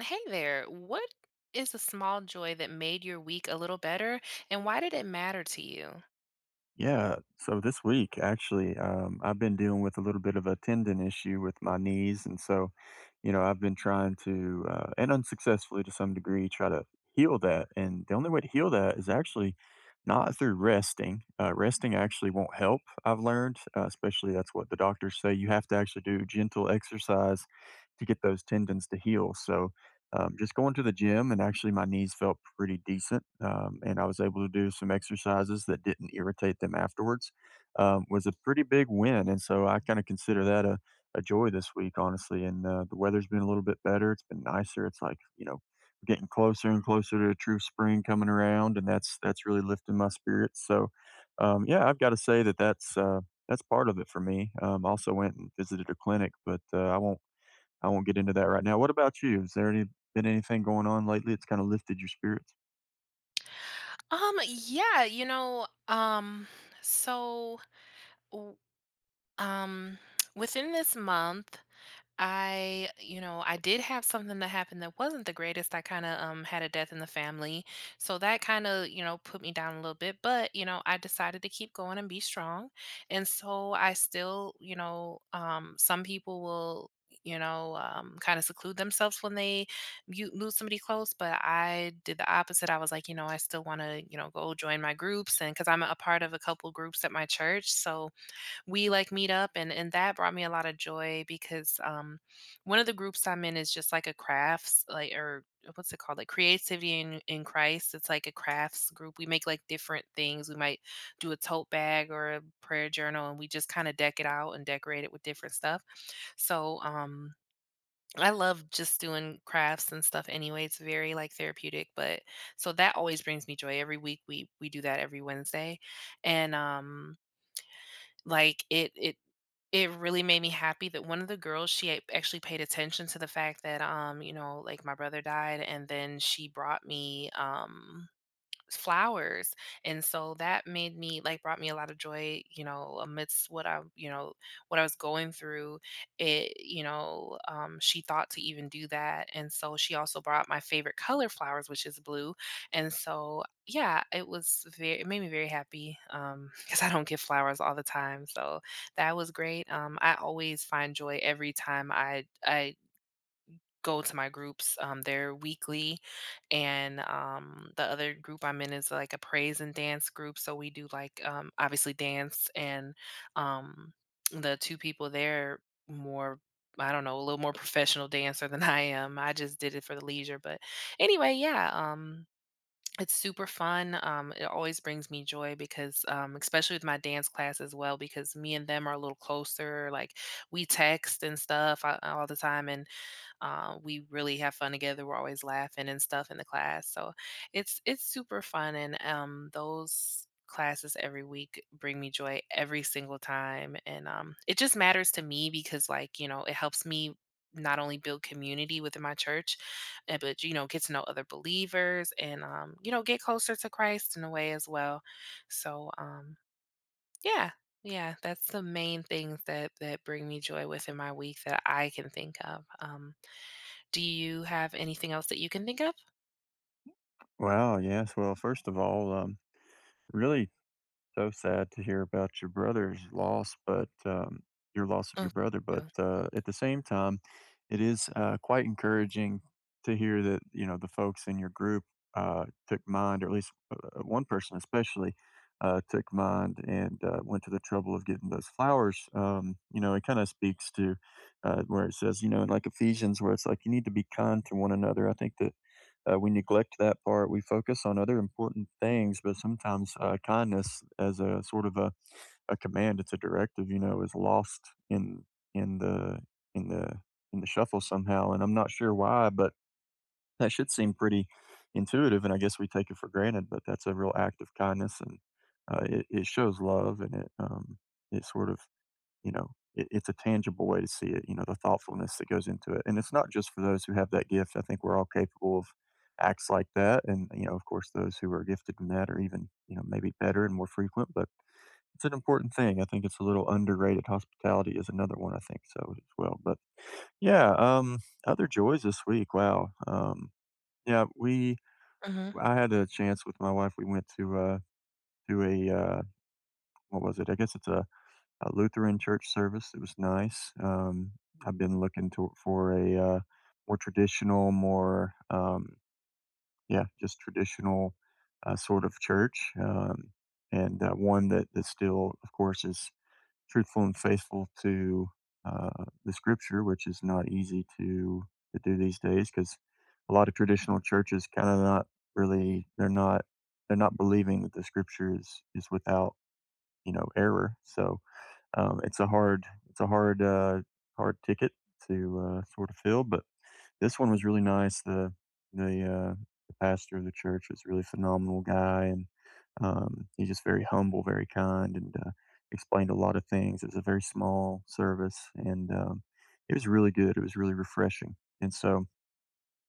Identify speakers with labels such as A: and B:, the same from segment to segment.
A: Hey there. What is a small joy that made your week a little better and why did it matter to you?
B: Yeah, so this week actually, I've been dealing with a little bit of a tendon issue with my knees, and so, you know, I've been trying to, and unsuccessfully to some degree, try to heal that. And the only way to heal that is actually not through resting. Resting actually won't help. I've learned, especially that's what the doctors say. You have to actually do gentle exercise to get those tendons to heal. So just going to the gym, and actually my knees felt pretty decent, and I was able to do some exercises that didn't irritate them afterwards, was a pretty big win, and so I kinda consider that a joy this week, honestly, and, the weather's been a little bit better, it's been nicer, it's like, you know, we're getting closer and closer to true spring coming around, and that's really lifting my spirits, so, yeah, I've gotta say that that's part of it for me. Also went and visited a clinic, but, I won't get into that right now. What about you? Is there any Been anything going on lately that's kind of lifted your spirits?
A: Yeah, you know, so w- um within this month I, you know, I did have something that happened that wasn't the greatest. I kind of had a death in the family. So that kind of, you know, put me down a little bit, but, you know, I decided to keep going and be strong. And so I still, you know, some people will kind of seclude themselves when they you lose somebody close, but I did the opposite. I was like, you know, I still want to go join my groups, and because I'm a part of a couple groups at my church. So we like meet up, and that brought me a lot of joy because one of the groups I'm in is just like a crafts, like, or what's it called, like, creativity in Christ. It's like a crafts group. We make like different things. We might do a tote bag or a prayer journal, and we just kind of deck it out and decorate it with different stuff. So I love just doing crafts and stuff anyway. It's very like therapeutic, but so that always brings me joy. Every week we do that every Wednesday. And like it it it really made me happy that one of the girls, she a actually paid attention to the fact that, you know, like, my brother died, and then she brought me, flowers. And so that made me like brought me a lot of joy, you know, amidst what what I was going through. It, you know, she thought to even do that. And so she also brought my favorite color flowers, which is blue. And so yeah, it was very it made me very happy. Because I don't get flowers all the time. So that was great. I always find joy every time I go to my groups. They're weekly, and the other group I'm in is like a praise and dance group. So we do like obviously dance, and um, the two people there more. I don't know, a little more professional dancer than I am. I just did it for the leisure, but anyway, yeah. It's super fun. It always brings me joy because, especially with my dance class as well, because me and them are a little closer. Like we text and stuff all the time, and we really have fun together. We're always laughing and stuff in the class. So it's super fun, and those classes every week bring me joy every single time. And it just matters to me because, like, you know, it helps me not only build community within my church, but you know, get to know other believers, and you know, get closer to Christ in a way as well. So yeah, yeah, that's the main things that bring me joy within my week that I can think of. Do you have anything else that you can think of?
B: Wow, yes. Well, first of all, really so sad to hear about your loss of your
A: Oh,
B: brother. But
A: you.
B: at the same time, it is quite encouraging to hear that you know the folks in your group took mind, or at least one person especially took mind and went to the trouble of getting those flowers. You know, it kind of speaks to where it says, you know, in like Ephesians, where it's like you need to be kind to one another. I think that we neglect that part. We focus on other important things, but sometimes kindness, as a sort of a command, it's a directive, you know, is lost in in the in the in the shuffle somehow. And I'm not sure why, but that should seem pretty intuitive, and I guess we take it for granted. But that's a real act of kindness, and it shows love, and it it sort of you know, it, it's a tangible way to see it, you know, the thoughtfulness that goes into it. And it's not just for those who have that gift. I think we're all capable of acts like that. And, you know, of course, those who are gifted in that are even, you know, maybe better and more frequent, but it's an important thing. I think it's a little underrated. Hospitality is another one, I think so as well. But yeah, other joys this week. Wow. Yeah, we,
A: Mhm.
B: I had a chance with my wife. We went to a, what was it? I guess it's a Lutheran church service. It was nice. I've been looking to, for a more traditional, more yeah, just traditional sort of church, and one that that still, of course, is truthful and faithful to the Scripture, which is not easy to do these days because a lot of traditional churches kind of not really they're not believing that the Scripture is without you know error. So it's a hard hard ticket to sort of fill, but this one was really nice. The uh, the pastor of the church was a really phenomenal guy, and he's just very humble, very kind, and explained a lot of things. It was a very small service, and it was really good. It was really refreshing, and so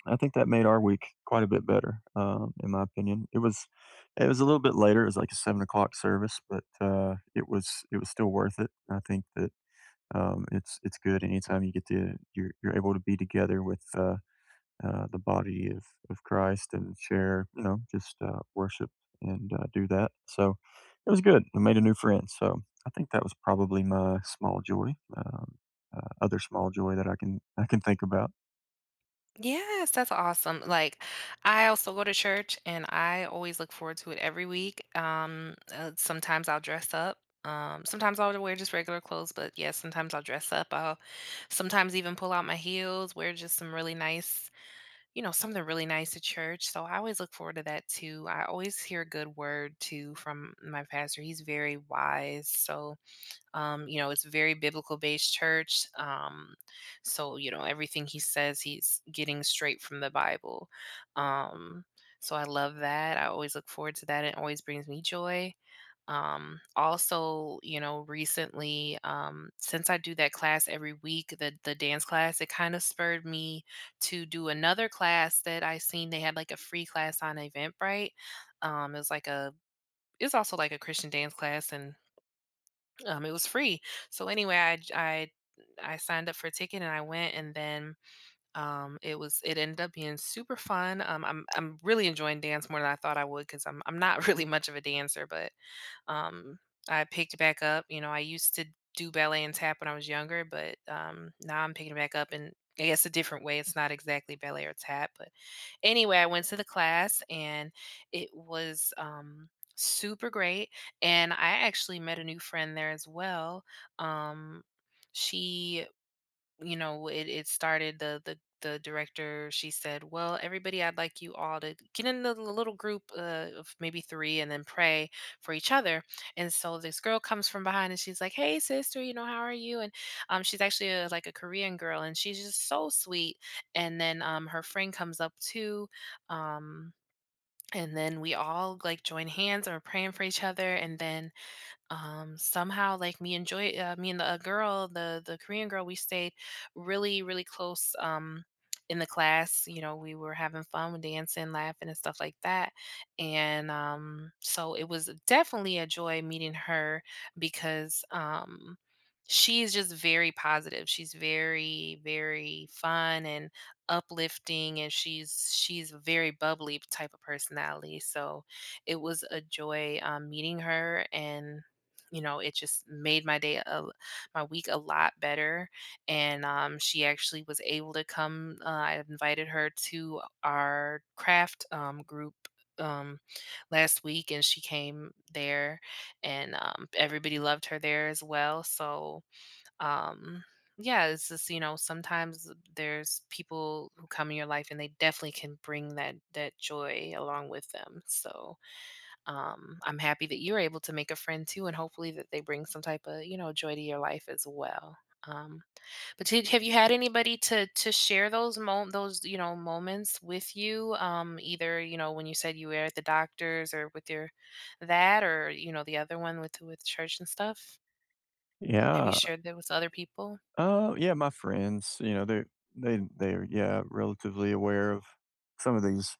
B: I think that made our week quite a bit better, in my opinion. It was a little bit later. It was like a 7 o'clock service, but it was still worth it. I think that it's good anytime you get to you're able to be together with the body of Christ and share, you know, just worship and do that. So it was good. I made a new friend. So I think that was probably my small joy. Other small joy that I can think about.
A: Yes, that's awesome. Like, I also go to church, and I always look forward to it every week. Sometimes I'll dress up. Sometimes I'll wear just regular clothes, but yes, sometimes I'll dress up. I'll sometimes even pull out my heels, wear just some really nice, you know, something really nice to church. So I always look forward to that too. I always hear a good word too from my pastor. He's very wise. So you know, it's a very biblical based church. So, you know, everything he says, he's getting straight from the Bible. Um, so I love that. I always look forward to that. It always brings me joy. Also, you know, recently, since I do that class every week, the dance class, it kind of spurred me to do another class that I seen. They had like a free class on Eventbrite. Um, it was like a it's also like a Christian dance class, and it was free. So anyway, I signed up for a ticket and I went, and then it ended up being super fun. I'm really enjoying dance more than I thought I would because I'm not really much of a dancer, but um, I picked it back up. You know, I used to do ballet and tap when I was younger, but now I'm picking it back up in, I guess, a different way. It's not exactly ballet or tap, but anyway, I went to the class, and it was super great. And I actually met a new friend there as well. Um, she, you know, it started. The director, she said, well, everybody, I'd like you all to get in the little group of maybe three and then pray for each other. And so this girl comes from behind, and she's like, hey sister, you know, how are you? And she's actually a, like a Korean girl, and she's just so sweet. And then her friend comes up too. um, and then we all like join hands, and we're praying for each other. And then somehow, like, me and the girl, the Korean girl, we stayed really really close in the class, you know. We were having fun with dancing, laughing, and stuff like that. And so it was definitely a joy meeting her because she's just very positive. She's very very fun and uplifting, and she's a very bubbly type of personality. So it was a joy meeting her, and you know, it just made my my week a lot better. And she actually was able to come. I invited her to our craft group um, last week, and she came there, and everybody loved her there as well. So, um, yeah, it's just, you know, sometimes there's people who come in your life, and they definitely can bring that joy along with them. So, I'm happy that you're able to make a friend too, and hopefully that they bring some type of, you know, joy to your life as well. Um, but have you had anybody to share those, you know, moments with you? Either, you know, when you said you were at the doctor's, or with or you know, the other one with church and stuff. Have you
B: Yeah.
A: shared that with other people?
B: Yeah. My friends, you know, they're yeah relatively aware of some of these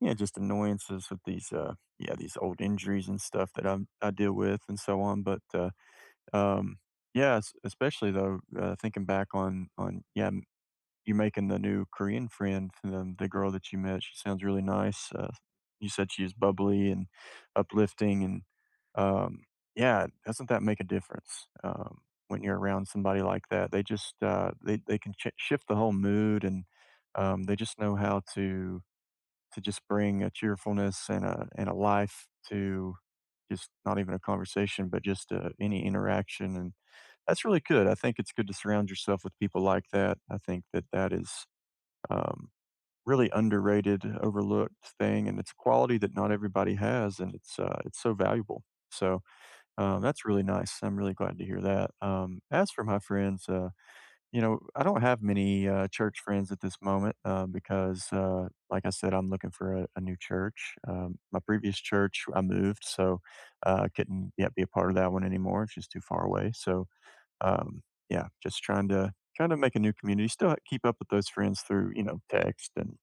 B: yeah, just annoyances with these, yeah, these old injuries and stuff that I deal with and so on. But, um, yeah, especially though, thinking back yeah, you making the new Korean friend, the girl that you met, she sounds really nice. You said she was bubbly and uplifting and, um, yeah, doesn't that make a difference? When you're around somebody like that, they can shift the whole mood and, they just know how to just bring a cheerfulness and a life to just not even a conversation, but just any interaction, and that's really good. I think it's good to surround yourself with people like that. I think that that is um, really underrated, overlooked thing, and it's a quality that not everybody has, and it's so valuable. So that's really nice. I'm really glad to hear that. As for my friends, you know, I don't have many church friends at this moment like I said, I'm looking for a new church. My previous church, I moved, so I couldn't yet be a part of that one anymore. It's just too far away. So, um, yeah, just trying to trying to make a new community. Still keep up with those friends through you know text and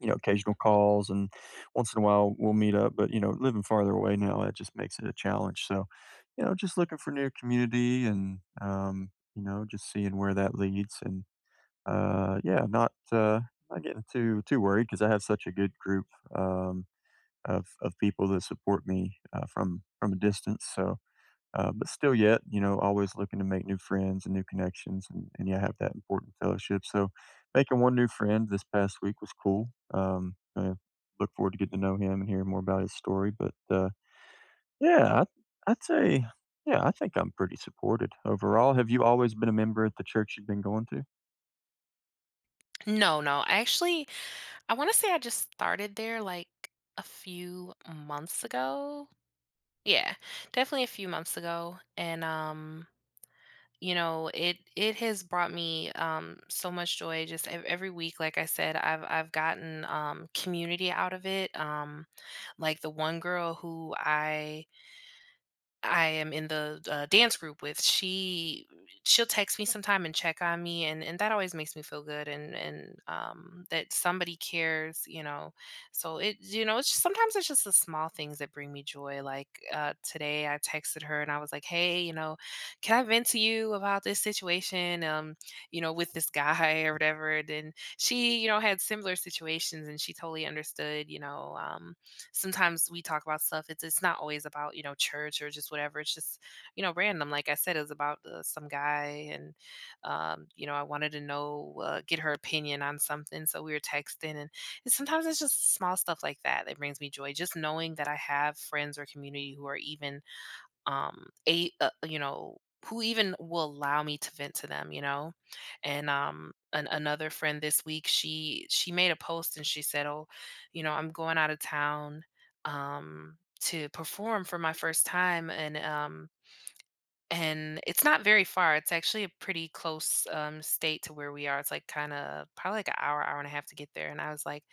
B: you know occasional calls, and once in a while we'll meet up. But you know, living farther away now, that just makes it a challenge. So, you know, just looking for new community and you know, just seeing where that leads and yeah, not getting too worried because I have such a good group, um, of people that support me, from a distance, so, but still yet, you know, always looking to make new friends and new connections and, yeah, have that important fellowship, so making one new friend this past week was cool, I look forward to getting to know him and hearing more about his story, but, yeah, i I'd say yeah, I think I'm pretty supported overall. Have you always been a member at the church you've been going to?
A: No, no. Actually, I want to say I just started there like a few months ago. Yeah, definitely a few months ago, and you know, it has brought me so much joy just every week. Like I said, I've gotten community out of it. Like the one girl who I am in the dance group with, she she'll text me sometime and check on me, and that always makes me feel good, and that somebody cares, you know. So it, you know, it's just, sometimes it's just the small things that bring me joy. Like today, I texted her and I was like, hey, you know, can I vent to you about this situation, you know, with this guy, or whatever? And then she, you know, had similar situations, and she totally understood, you know. Sometimes we talk about stuff. It's not always about, you know, church or just whatever. It's just, you know, random. Like I said, it was about some guy, and you know, I wanted to know, get her opinion on something. So we were texting, and sometimes it's just small stuff like that that brings me joy. Just knowing that I have friends or community who are even a you know, who even will allow me to vent to them, you know. And another friend this week, she made a post, and she said, oh, you know, I'm going out of town to perform for my first time. And it's not very far. It's actually a pretty close state to where we are. It's like kind of probably like an hour and a half to get there. And I was like,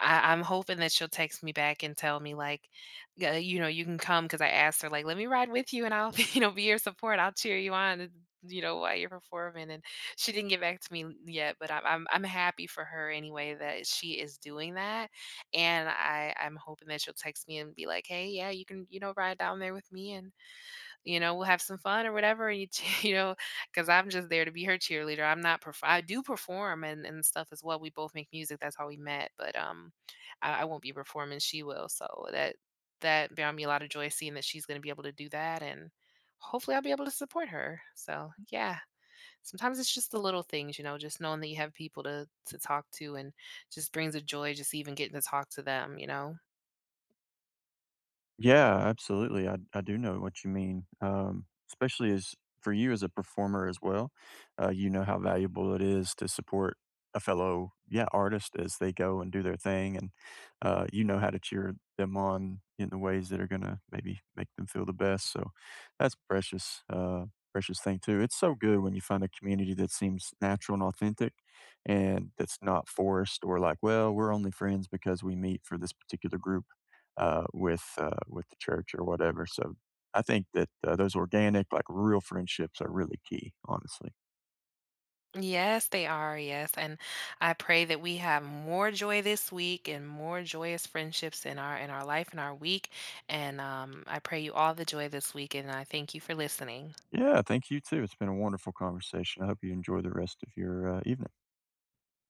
A: I, I'm hoping that she'll text me back and tell me like, "Yeah, you know, you can come," because I asked her like, let me ride with you, and I'll you know, be your support. I'll cheer you on, and, you know, while you're performing. And she didn't get back to me yet, but I'm happy for her anyway that she is doing that, and I'm hoping that she'll text me and be like, hey, yeah, you can, you know, ride down there with me, and, you know, we'll have some fun or whatever. And you, you know, because I'm just there to be her cheerleader. I'm not, perf- I do perform and stuff as well. We both make music. That's how we met. But I won't be performing. She will. So that brought me a lot of joy seeing that she's going to be able to do that. And hopefully I'll be able to support her. So yeah, sometimes it's just the little things, you know, just knowing that you have people to talk to, and just brings a joy just even getting to talk to them, you know?
B: Yeah, absolutely. I do know what you mean. Especially as for you as a performer as well, you know how valuable it is to support a fellow yeah artist as they go and do their thing, and you know how to cheer them on in the ways that are gonna maybe make them feel the best. So that's precious, precious thing too. It's so good when you find a community that seems natural and authentic, and that's not forced or like, well, we're only friends because we meet for this particular group with the church or whatever. So I think that those organic, like real friendships, are really key. Honestly,
A: Yes, they are. Yes. And I pray that we have more joy this week and more joyous friendships in our life and our week. And I pray you all the joy this week. And I thank you for listening.
B: yeah. Thank you too. It's been a wonderful conversation. I hope you enjoy the rest of your evening.